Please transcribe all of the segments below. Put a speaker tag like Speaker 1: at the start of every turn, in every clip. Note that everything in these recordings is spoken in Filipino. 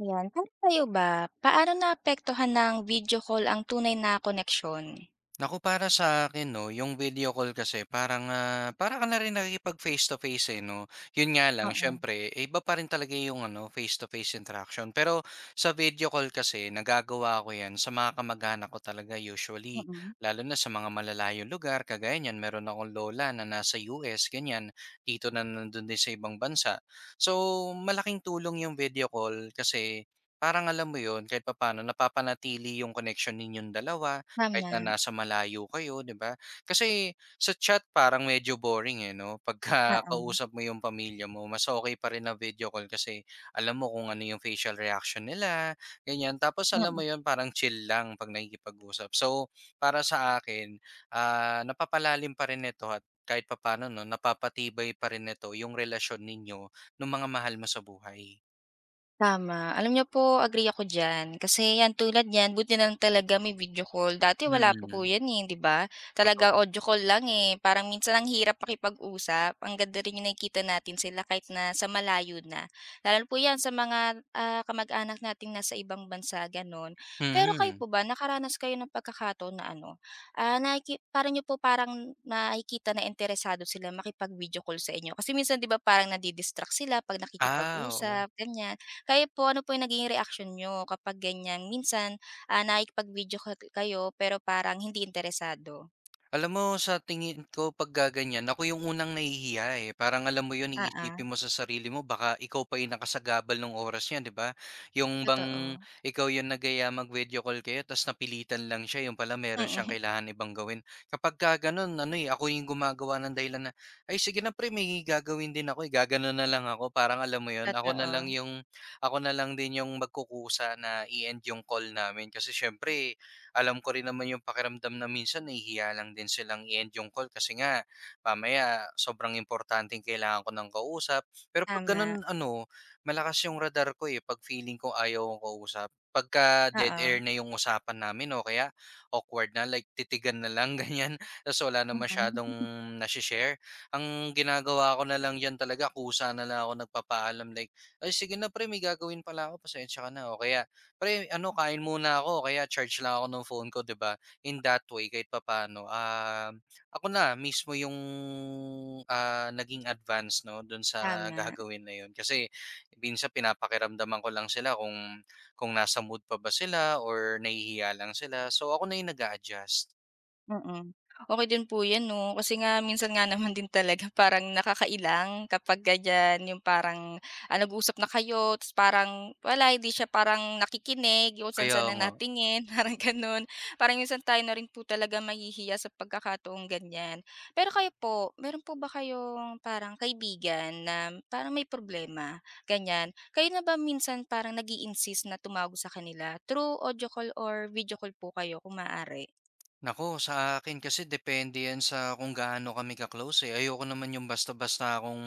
Speaker 1: Ayan, para sa'yo ba, paano naapektuhan ng video call ang tunay na koneksyon?
Speaker 2: Naku, para sa akin 'no, yung video call kasi parang, para ka na rin nakikipag face to face, eh, 'no. Yun nga lang
Speaker 1: Oo,
Speaker 2: siyempre, eh, iba pa rin talaga yung ano, face to face interaction. Pero sa video call kasi nagagawa ko 'yan sa mga kamag-anak ko talaga usually,
Speaker 1: mm.
Speaker 2: lalo na sa mga malalayong lugar kagaya niyan meron akong lola na nasa US ganyan, tito na nandun din sa ibang bansa. So, malaking tulong yung video call kasi parang alam mo yun kahit papaano napapanatili yung connection ninyong dalawa kahit
Speaker 1: Tama,
Speaker 2: na nasa malayo kayo, 'di ba? Kasi sa chat parang medyo boring, eh, 'no? Pagka
Speaker 1: oo,
Speaker 2: kausap mo yung pamilya mo, mas okey pa rin na video call kasi alam mo kung ano yung facial reaction nila, ganyan. Tapos alam mo
Speaker 1: mm.
Speaker 2: yun, parang chill lang 'pag nakikipag-usap. So, para sa akin, napapalalim pa rin nito at kahit papaano 'no, napapatibay pa rin nito yung relasyon ninyo nung mga mahal mo sa buhay.
Speaker 1: Tama. Alam niyo po, agree ako diyan. Kasi 'yan, tulad niyan, buti na lang talaga may video call. Dati wala pa po
Speaker 2: Mm,
Speaker 1: 'yan, eh, 'di ba? Talaga
Speaker 2: totoo.
Speaker 1: audio call lang, eh. Parang minsan ang hirap pakipag-usap. Ang ganda rin yung nakikita natin sila kahit na sa malayo na. Lalo po 'yan sa mga, kamag-anak nating nasa ibang bansa, gano'n. Pero kayo
Speaker 2: Mm.
Speaker 1: po ba, nakaranas kayo ng pagkakataon na ano, nakiki para niyo po parang nakikita na interesado sila makipag-video call sa inyo? Kasi minsan 'di ba parang nadi-distract sila 'pag
Speaker 2: Ah, oo.
Speaker 1: nakikipag-usap, ganyan. Kayo po, ano po yung naging reaksyon niyo kapag ganyan? Minsan, nakikipag-video call kayo pero parang hindi interesado.
Speaker 2: Alam mo sa tingin ko pag gaganyan ako yung unang nahihiya, eh. Parang alam mo yun
Speaker 1: Oo,
Speaker 2: iisipin mo sa sarili mo baka ikaw pa yung nakasagabal ng oras niya, 'di ba? Yung bang
Speaker 1: totoo.
Speaker 2: ikaw yung nagaya aya mag-video call kayo ta's napilitan lang siya, yung pala meron siyang
Speaker 1: Mm,
Speaker 2: kailangan ibang gawin. Kapagka gano'n ano, eh, ako yung gumagawa ng dahilan na, "Ay sige na pre may gagawin din ako, eh." Gagano'n na lang ako parang alam mo yun,
Speaker 1: totoo.
Speaker 2: ako na lang din yung magkukusa na i-end yung call namin kasi siyempre alam ko rin naman yung pakiramdam na minsan nahihiya lang din silang i-end yung call kasi nga mamaya sobrang importanteng kailangan ko ng kausap. Pero pag
Speaker 1: Tama,
Speaker 2: ganun ano, malakas yung radar ko eh pag feeling ko ayaw akong kausap. Pagka dead
Speaker 1: oo.
Speaker 2: air na yung usapan namin o kaya awkward na like titigan na lang ganyan. Tapos wala na masyadong
Speaker 1: Mm.
Speaker 2: nasi-share. Ang ginagawa ko na lang yan talaga, kusa na lang ako nagpapaalam like, ay sige na pre, may gagawin pala ako, pasensya ka na. O kaya pre, ano kain muna ako kaya charge lang ako ng phone ko 'di ba? In that way kahit papaano, ako na mismo yung, naging advance 'no dun sa
Speaker 1: Tama.
Speaker 2: gagawin na yun. Kasi minsan pinapakiramdaman ko lang sila kung nasa mood pa ba sila or nahihiya lang sila. So, ako na yung nag adjust.
Speaker 1: Mm. Okey din po 'yan 'no, kasi nga minsan nga naman din talaga parang nakakailang kapag ganiyan, yung parang, nag-uusap na kayo ta's parang wala, hindi siya parang nakikinig, yung kung
Speaker 2: Kaya
Speaker 1: saan-saan na
Speaker 2: nga.
Speaker 1: natingin, parang gano'n. Parang minsan tayo na rin po talaga mahihiya sa pagkakataong ganiyan. Pero kayo po, meron po ba kayong parang kaibigan na parang may problema, ganiyan? Kayo na ba minsan parang nag-i-insist na tumawag sa kanila, through audio call or video call po kayo kung maaari?
Speaker 2: Nako sa akin kasi depende yan sa kung gaano kami ka-close, eh. Ayoko naman yung basta-basta akong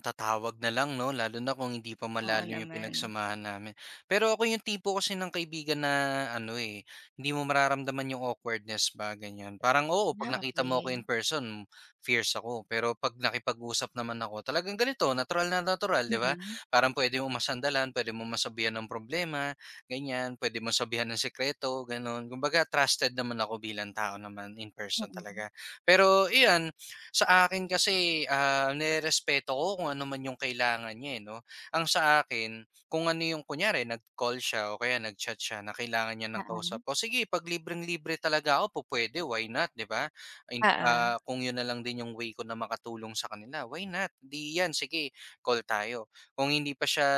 Speaker 2: tatawag na lang 'no, lalo na kung hindi pa
Speaker 1: Oo
Speaker 2: malalim yung
Speaker 1: naman.
Speaker 2: pinagsamahan namin. Pero ako yung tipo kasi ng kaibigan na ano, eh, hindi mo mararamdaman yung awkwardness ba, ganyan. Parang oo, 'pag
Speaker 1: Ah,
Speaker 2: nakita mo ako in
Speaker 1: okey.
Speaker 2: person, fierce ako. Pero 'pag nakipag-usap naman ako, talagang ganito, natural na natural,
Speaker 1: Mm,
Speaker 2: 'di ba?
Speaker 1: mm.
Speaker 2: Parang pwede mo masandalan, pwede mo masabihan ng problema ganyan, pwede mo sabihan ng sikreto, gano'n. Kumbaga trusted naman ako bilang tao naman in person
Speaker 1: Oo.
Speaker 2: talaga. Pero iyan, sa akin kasi, nirerespeto ko kung ano man yung kailangan niya, eh, 'no. Ang sa akin, kung ano yung kunyari nag-call siya o kaya nag-chat siya na kailangan niya ng
Speaker 1: Oo.
Speaker 2: kausap ko, sige 'pag libreng-libre talaga ako po pwede, why not, 'di ba?
Speaker 1: Oo,
Speaker 2: Kung yun na lang din yung way ko na makatulong sa kanila, why not? 'Di 'yan, sige call tayo. Kung hindi pa siya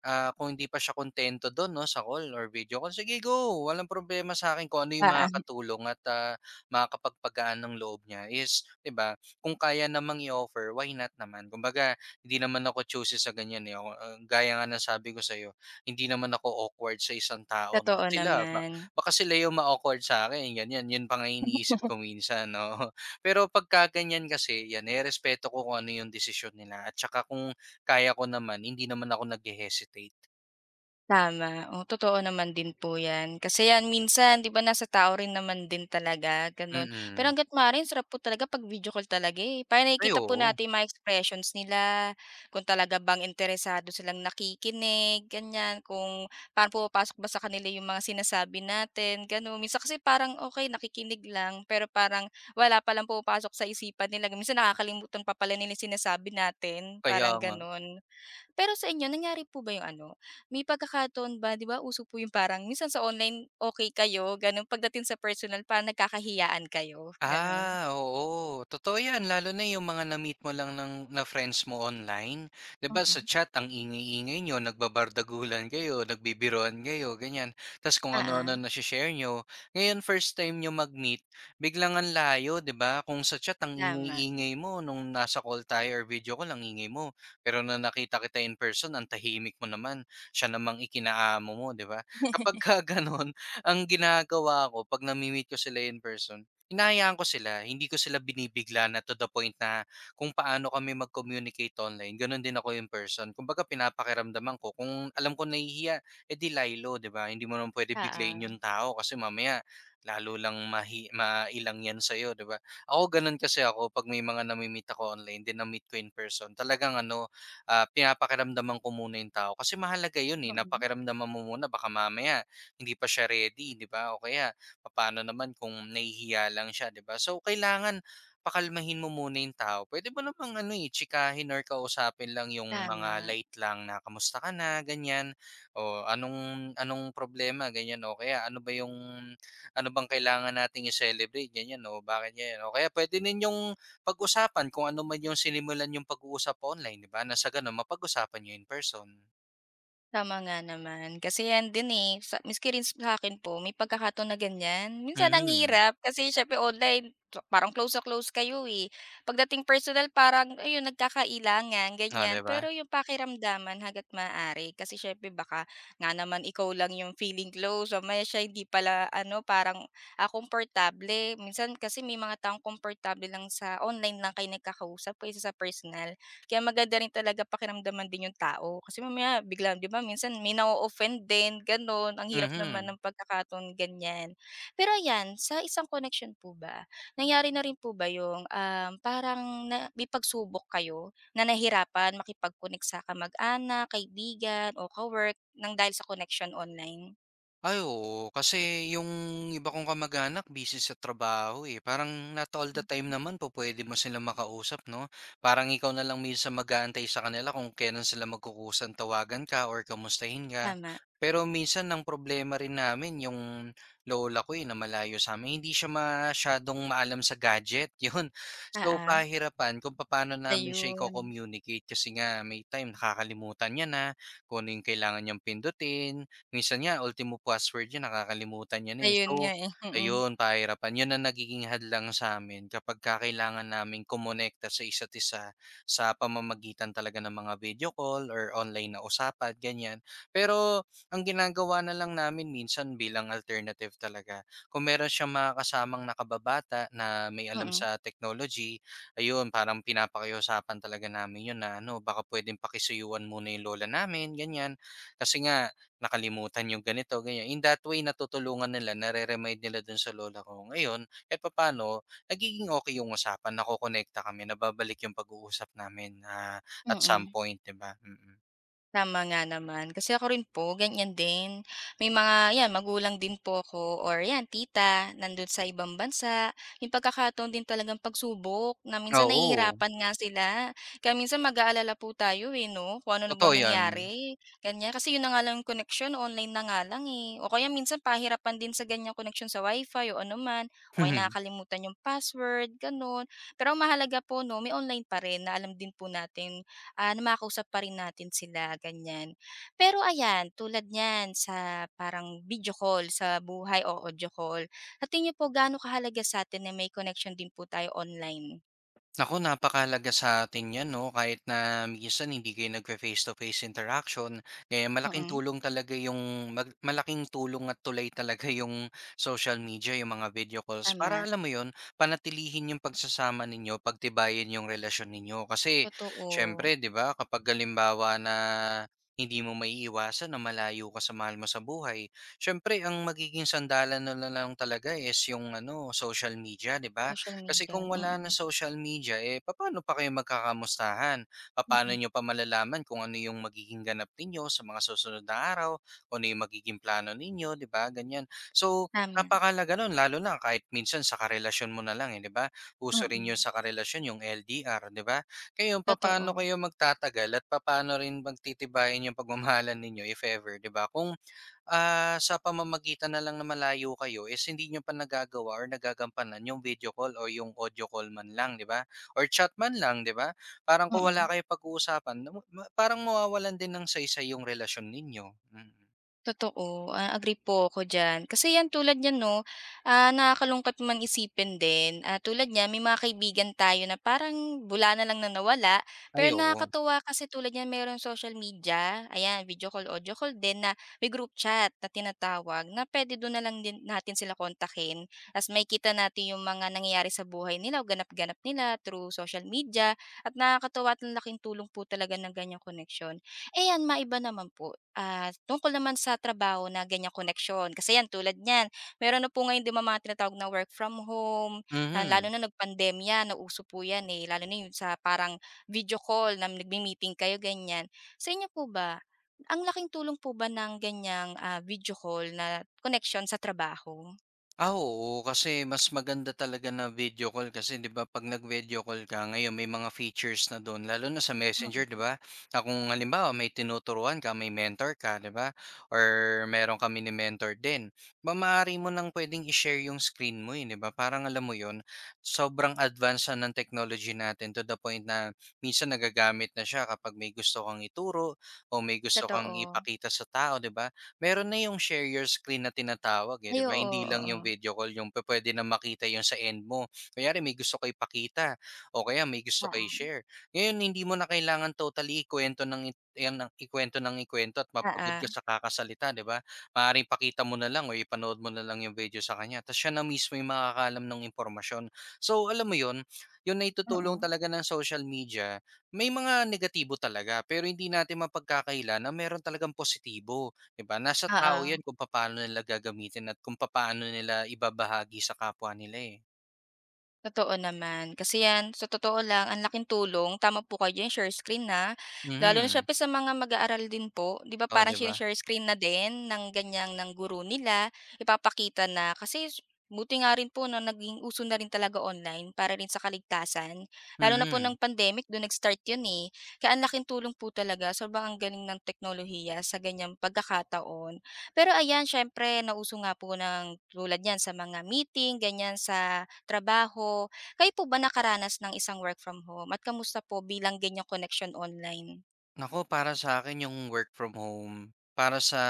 Speaker 2: Ah, kung hindi pa siya kontento dun 'no, sa call or video call, sige go, walang problema sa'kin kung ano yung
Speaker 1: oo,
Speaker 2: makakatulong at, makakapagpagaan ng loob niya is 'di ba, kung kaya namang i-offer, why not naman? Kumbaga hindi naman ako choosy sa ganyan, eh, ako, gaya nga ng sabi ko sa sa'yo, hindi naman ako awkward sa isang tao 'no.
Speaker 1: totoo
Speaker 2: Sila ba
Speaker 1: naman.
Speaker 2: baka sila yung ma-awkward sa'kin ganyan, yun pa nga iniisip ko minsan, oo. Pero pagka ganyan kasi, 'yan nirerespeto ko kung ano yung desisyon nila at saka kung kaya ko naman, hindi naman ako naghe-hesitate,
Speaker 1: Tama, o totoo naman din po 'yan. Kasi 'yan minsan 'di ba nasa tao rin naman din talaga, gano'n. Pero
Speaker 2: mm.
Speaker 1: hangga't maaari sarap po talaga 'pag video call talaga, eh, para
Speaker 2: Ay
Speaker 1: nakikita po
Speaker 2: oo,
Speaker 1: natin yung mga expressions nila, kung talaga bang interesado silang nakikinig, ganiyan, kung paano pumapasok ba sa kanila yung mga sinasabi natin, gano'n. Minsan kasi parang okay nakikinig lang, pero parang wala palang pumapasok sa isipan nila, minsan nakakalimutan pa pala nila yung sinasabi natin,
Speaker 2: kaya
Speaker 1: parang
Speaker 2: nga.
Speaker 1: gano'n. Pero sa inyo nangyari po ba yung ano, may pagkakataon ba 'di ba uso po yung parang minsan sa online okay kayo gano'n, pagdating sa personal parang nagkakahiyaan kayo, gano'n?
Speaker 2: Ah, oo. Totoo 'yan lalo na yung mga na-meet mo lang ng na friends mo online. 'Di ba sa
Speaker 1: Mm.
Speaker 2: chat ang ingay-ingay nyo nagbabardagulan kayo, nagbibiroan kayo, ganyan. Ta's kung
Speaker 1: Oo,
Speaker 2: ano-ano nashi-share nyo. Ngayon first time nyo mag-meet, biglang ang layo 'di ba? Kung sa chat ang
Speaker 1: tama.
Speaker 2: ingay-ingay mo nung nasa call tayo or video ko ang ingay mo, pero na nakita kita in person ang tahimik mo naman, siya namang ikinaamo mo 'di ba? Kapagka gano'n ang ginagawa ko 'pag nami-meet ko sila in person. Hinahayaan ko sila, hindi ko sila binibigla na to the point na kung paano kami mag-communicate online, gano'n din ako in person. Kumbaga pinapakiramdaman ko kung alam ko nahihiya, eh di lie-low, 'di ba? Hindi mo naman pwede biglain
Speaker 1: Oo.
Speaker 2: yung tao kasi mamaya lalo lang mailang yan sa'yo, 'di ba? Ako gano'n kasi ako 'pag may mga nami-meet ako online, din na-meet ko in person, talagang ano, pinapakiramdaman ko muna yung tao kasi mahalaga yun, eh, na
Speaker 1: Mm.
Speaker 2: mo muna baka mamaya hindi pa siya ready, 'di ba? O kaya paano naman kung nahihiya lang siya, 'di ba? So, kailangan pakalmahin mo muna yung tao. Puwede mo namang ano, eh, tsikahin or kausapin lang yung mga
Speaker 1: Tama.
Speaker 2: light lang na, "Kamusta ka na?" ganyan. O, "Anong anong problema?" ganyan. O kaya, "Ano ba yung ano bang kailangan nating i-celebrate?" ganyan o, "Bakit ganyan?" O kaya puwede ninyong pag-usapan kung ano man yung sinimulan yung pag-uusap online, 'di ba, na sa gano'n mapag-usapan niyo in person.
Speaker 1: Tama nga naman. Kasi 'yan din, eh, sa maski rin sa'kin po may pagkakataon na ganyan. Minsan ang
Speaker 2: Mhm.
Speaker 1: hirap kasi siyempre online parang close na close kayo, eh. Pagdating personal parang ayun nagkakailangan,
Speaker 2: Oh, 'di
Speaker 1: ganyan.
Speaker 2: ba?
Speaker 1: Pero yung pakiramdaman hangga't maaari kasi siyempre baka nga naman ikaw lang yung feeling close, o mamaya siya hindi pala ano parang, komportable. Minsan kasi may mga taong komportable lang sa online lang kayo nagkakausap kaysa sa personal. Kaya maganda rin talaga pakiramdaman din yung tao kasi mamaya bigla 'di ba minsan may na offend din gano'n, ang hirap naman
Speaker 2: Mhm.
Speaker 1: ng pagkakataon ganyan. Pero ayan, sa isang connection po ba, nangyari na rin po ba yung, parang na may pagsubok kayo na nahirapan makipag-connect sa kamag-anak, kaibigan o ka-work ng dahil sa connection online?
Speaker 2: Ay oo, kasi yung iba kong kamag-anak busy sa trabaho, eh. Parang not all the time naman po pwede mo sila makausap 'no? Parang ikaw na lang minsan mag-aantay sa kanila kung kailan sila magkukusang tawagan ka or kamustahin ka.
Speaker 1: Tama,
Speaker 2: Pero minsan ang problema rin namin yung lola ko, eh, na malayo sa sa'min, hindi siya masyadong maalam sa gadget, yun. So,
Speaker 1: oo,
Speaker 2: pahirapan kung paano namin siya
Speaker 1: ayun.
Speaker 2: iko-communicate kasi nga may time nakakalimutan niya na kung ano yung kailangan niyang pindutin. Minsan nga ultimo password niya nakakalimutan niya na, eh.
Speaker 1: Ayun nga
Speaker 2: So,
Speaker 1: eh, mm.
Speaker 2: ayun pahirapan. 'Yun ang nagiging hadlang sa'min kapagka kailangan namin kumonekta sa isa't isa sa pamamagitan talaga ng mga video call or online na usapan, ganyan. Pero ang ginagawa na lang namin minsan bilang alternative talaga, kung meron siyang mga kasamang nakababata na may alam sa technology, ayun parang pinapakiusapan talaga namin 'yun na ano, baka puwedeng pakisuyuan muna 'yung lola namin, ganyan. Kasi nga nakalimutan yung ganito, ganyan. In that way, natutulungan nila, nare-remind nila dun sa lola ko. Ngayon, kahit papaano, nagiging okay yung usapan, nakokonekta kami, nababalik yung pag-uusap namin
Speaker 1: Mm,
Speaker 2: at some
Speaker 1: mm.
Speaker 2: point, 'di ba? Mm. Mm.
Speaker 1: Tama nga naman. Kasi ako rin po ganyan din. May mga 'yan magulang din po ako or 'yan tita nandun sa ibang bansa. Yung pagkakataon din talagang pagsubok na minsan
Speaker 2: Oo,
Speaker 1: nahihirapan nga sila. Kaya minsan mag-aalala po tayo, eh, 'no, kung ano na
Speaker 2: totoo
Speaker 1: bang
Speaker 2: 'yan.
Speaker 1: nangyari, ganyan. Kasi yun na nga lang koneksyon online na nga lang, eh, o kaya minsan pahirapan din sa ganyang connection sa wifi fi o ano man o kaya nakakalimutan yung password, gano'n. Pero ang mahalaga po 'no, may online pa rin na alam din po natin na makausap pa rin natin sila ganyan. Pero ayan, tulad niyan sa parang video call sa buhay o audio call, sa tingin niyo po gaano kahalaga sa'tin na may connection din po tayo online?
Speaker 2: Naku, napakalaga sa atin 'yan 'no, kahit na minsan hindi kayo nagfe-face-to-face interaction, eh, malaking
Speaker 1: Mm,
Speaker 2: tulong talaga yung malaking tulong at tulay talaga yung social media, yung mga video calls para
Speaker 1: tama,
Speaker 2: alam mo yon panatilihin yung pagsasama ninyo, pagtibayin yung relasyon ninyo. Kasi
Speaker 1: totoo.
Speaker 2: siyempre 'di ba, kapag galimbawa na hindi mo maiiwasan na malayo ka sa mahal mo sa buhay, siyempre ang magiging sandalan na lang talaga is yung ano, social media 'di ba?
Speaker 1: Social
Speaker 2: Kasi
Speaker 1: media,
Speaker 2: kung wala
Speaker 1: mm.
Speaker 2: na social media, eh, papaano pa kayo magkakamustahan? Papaano nyo pa malalaman kung ano yung magiging ganap ninyo sa mga susunod na araw? Kung ano yung magiging plano ninyo, di ba? Ganyan. So,
Speaker 1: Tama,
Speaker 2: napakalaga nun, lalo na kahit minsan sa karelasyon mo na lang, eh, di ba? Uso rin
Speaker 1: mm.
Speaker 2: yun sa karelasyon, yung LDR, di ba? Kayo,
Speaker 1: Totoo,
Speaker 2: paano kayo magtatagal at papaano rin magtitibayin yung pagmamahalan ninyo, if ever, di ba? Sa pamamagitan na lang na malayo kayo is hindi niyo pa nagagawa or nagagampanan yung video call o yung audio call man lang, 'di ba? Or chat man lang, 'di ba? Parang kung wala
Speaker 1: mm.
Speaker 2: kayo pag-uusapan, na ma parang mawawalan din ng saysay yung relasyon ninyo, mm.
Speaker 1: Totoo, agree po ako diyan. Kasi 'yan tulad niyan 'no, nakakalungkot man isipin din, tulad niyan may mga kaibigan tayo na parang bula na lang na nawala. Pero
Speaker 2: Ay, oo.
Speaker 1: nakakatuwa kasi tulad niyan merong social media, ayan video call, audio call din na may group chat na tinatawag na puwede do'n na lang din natin sila kontakin. Ta's makikita natin yung mga nangyayari sa buhay nila o ganap-ganap nila through social media at nakakatuwa at ang laking tulong po talaga ng ganyang koneksyon. Ayan, maiba naman po. Tungkol naman sa trabaho na ganyang koneksyon, kasi 'yan tulad niyan, meron na po ngayon din mga tinatawag na work from home, na lalo
Speaker 2: Mhm.
Speaker 1: na nagpandemya nauso po 'yan, eh, lalo na 'yung sa parang video call na nagmi-meeting kayo ganyan. Sa inyo po ba, ang laking tulong po ba ng ganyang, video call na connection sa trabaho?
Speaker 2: Ah, oo kasi mas maganda talaga na video call kasi 'di ba 'pag nag-video call ka ngayon may mga features na do'n lalo na sa Messenger 'di
Speaker 1: Mm.
Speaker 2: ba? Na kung halimbawa may tinuturuan ka, may mentor ka 'di ba or meron kang mini-mentor din, ba maaari mo ng puwedeng i-share yung screen mo, eh, 'di ba? Parang alam mo yon. Sobrang advance na ng technology natin to the point na minsan nagagamit na siya kapag may gusto kang ituro o may gusto kang
Speaker 1: Totoo.
Speaker 2: ipakita sa tao 'di ba? Meron na yung share your screen na tinatawag, eh,
Speaker 1: Ay
Speaker 2: 'di ba?
Speaker 1: oo,
Speaker 2: Hindi lang
Speaker 1: oo.
Speaker 2: yung video call yung pwede na makita yung sa end mo. Kunyari may gusto ka ipakita o kaya may gusto ka
Speaker 1: Oo.
Speaker 2: share. Ngayon hindi mo na kailangan totally ikwento ng i yan ng ikwento ng ikuwento at mapagod
Speaker 1: Oo.
Speaker 2: ka sa kakasalita, 'di ba? Maaaring pakita mo na lang o ipanood mo na lang yung video sa kanya ta's siya na mismo yung makakaalam ng impormasyon. So, alam mo yun, yun yung naitutulong
Speaker 1: Mm.
Speaker 2: talaga ng social media, may mga negatibo talaga pero hindi natin mapagkakaila na meron talagang positibo. 'Di ba, nasa tao
Speaker 1: Oo.
Speaker 2: 'yan kung papaano nila gagamitin at kung papaano nila ibabahagi sa kapwa nila, eh.
Speaker 1: Totoo naman. Kasi 'yan, sa totoo lang ang laking tulong, tama po kayo diyan, share screen na. Lalo na
Speaker 2: Mhm.
Speaker 1: syempre sa mga mag-aaral din po, 'di ba
Speaker 2: Oh,
Speaker 1: parang
Speaker 2: 'di ba?
Speaker 1: shine-share screen na din ng ganyan ng guru nila, ipapakita na. Kasi buti nga rin po 'no, naging uso na rin talaga online para rin sa kaligtasan. Lalo na po ng
Speaker 2: Mhm.
Speaker 1: pandemic, do'n nag-start 'yun, eh. Kaya ang laking tulong po talaga, sobrang ang galing ng teknolohiya sa ganyang pagkakataon. Pero ayan, siyempre nauso nga po ng tulad niyan sa mga meeting, ganyan sa trabaho. Kayo po ba nakaranas ng isang work from home at kamusta po bilang ganyang connection online?
Speaker 2: Nako para sa akin yung work from home, para sa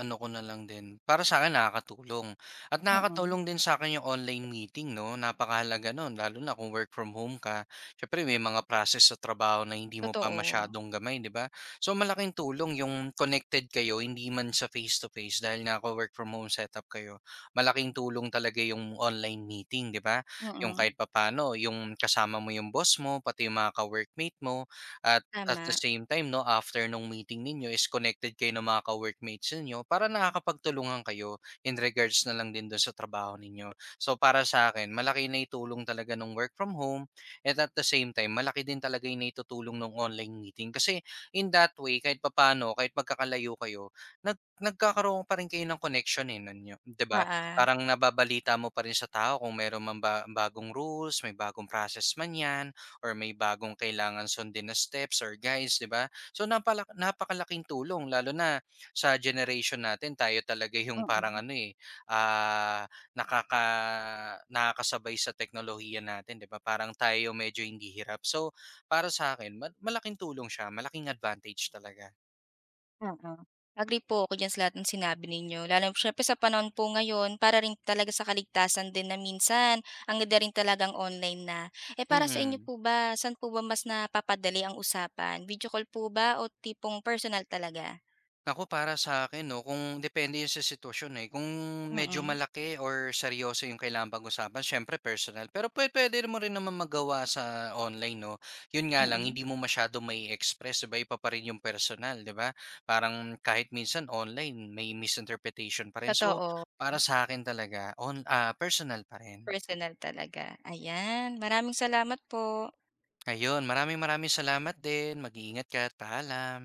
Speaker 2: ano ko na lang din, para sa'kin nakakatulong at
Speaker 1: Mm.
Speaker 2: nakakatulong din sa akin yung online meeting 'no, napakahalaga nun lalo na kung work from home ka. Siyempre may mga process sa trabaho na hindi mo pa
Speaker 1: Totoo.
Speaker 2: masyadong gamay, 'di ba? So, malaking tulong yung connected kayo hindi man sa face to face dahil nako-work from home setup kayo. Malaking tulong talaga yung online meeting, 'di ba? Yung
Speaker 1: Mm.
Speaker 2: kahit papano, yung kasama mo yung boss mo, pati yung mga ka-workmate mo at at the
Speaker 1: Tama,
Speaker 2: same time 'no, after nung meeting ninyo is connected kayo ng mga ka-workmates ninyo para nakakapagtulungan kayo in regards na lang din dun sa trabaho ninyo. So, para sa akin malaki na naitulong talaga nung work from home at the same time malaki din talaga yung naitutulong nung online meeting. Kasi in that way kahit papaano, kahit magkakalayo kayo, nagkakaroon pa rin kayo ng connection, eh, ninyo, 'di ba?
Speaker 1: oo.
Speaker 2: Parang nababalita mo pa rin sa tao kung meron mang ba bagong rules, may bagong process man 'yan, or may bagong kailangan sundin na steps or guys 'di ba? So napakalaking tulong lalo na sa generation natin tayo talaga yung parang
Speaker 1: Mm,
Speaker 2: ano eh, ah, nakaka nakakasabay sa teknolohiya natin, 'di ba? Parang tayo medyo hindi hirap. So para sa'kin malaking tulong siya, malaking advantage talaga.
Speaker 1: oo. Agree po ako diyan sa lahat ng sinabi ninyo lalo na siyempre sa panahon po ngayon para rin talaga sa kaligtasan din na minsan ang ganda rin talagang online na. Eh, para sa inyo
Speaker 2: Mm.
Speaker 1: po ba, saan po ba mas napapadali ang usapan, video call po ba o tipong personal talaga?
Speaker 2: Ako para sa akin, 'no, kung depende yun sa sitwasyon, eh. Kung medyo
Speaker 1: Mm.
Speaker 2: malaki or seryoso yung kailangan pag-usapan siyempre personal. Pero puwede mo rin naman magawa sa online 'no. Yun nga lang
Speaker 1: Mm.
Speaker 2: hindi mo masyadong mai-express 'di ba, iba pa rin yung personal 'di ba? Parang kahit minsan online may misinterpretation pa rin. So,
Speaker 1: Totoo.
Speaker 2: para sa akin talaga personal pa rin.
Speaker 1: Personal talaga, ayan. Maraming salamat po.
Speaker 2: Ayun, maraming maraming salamat din. Mag-iingat ka at paalam.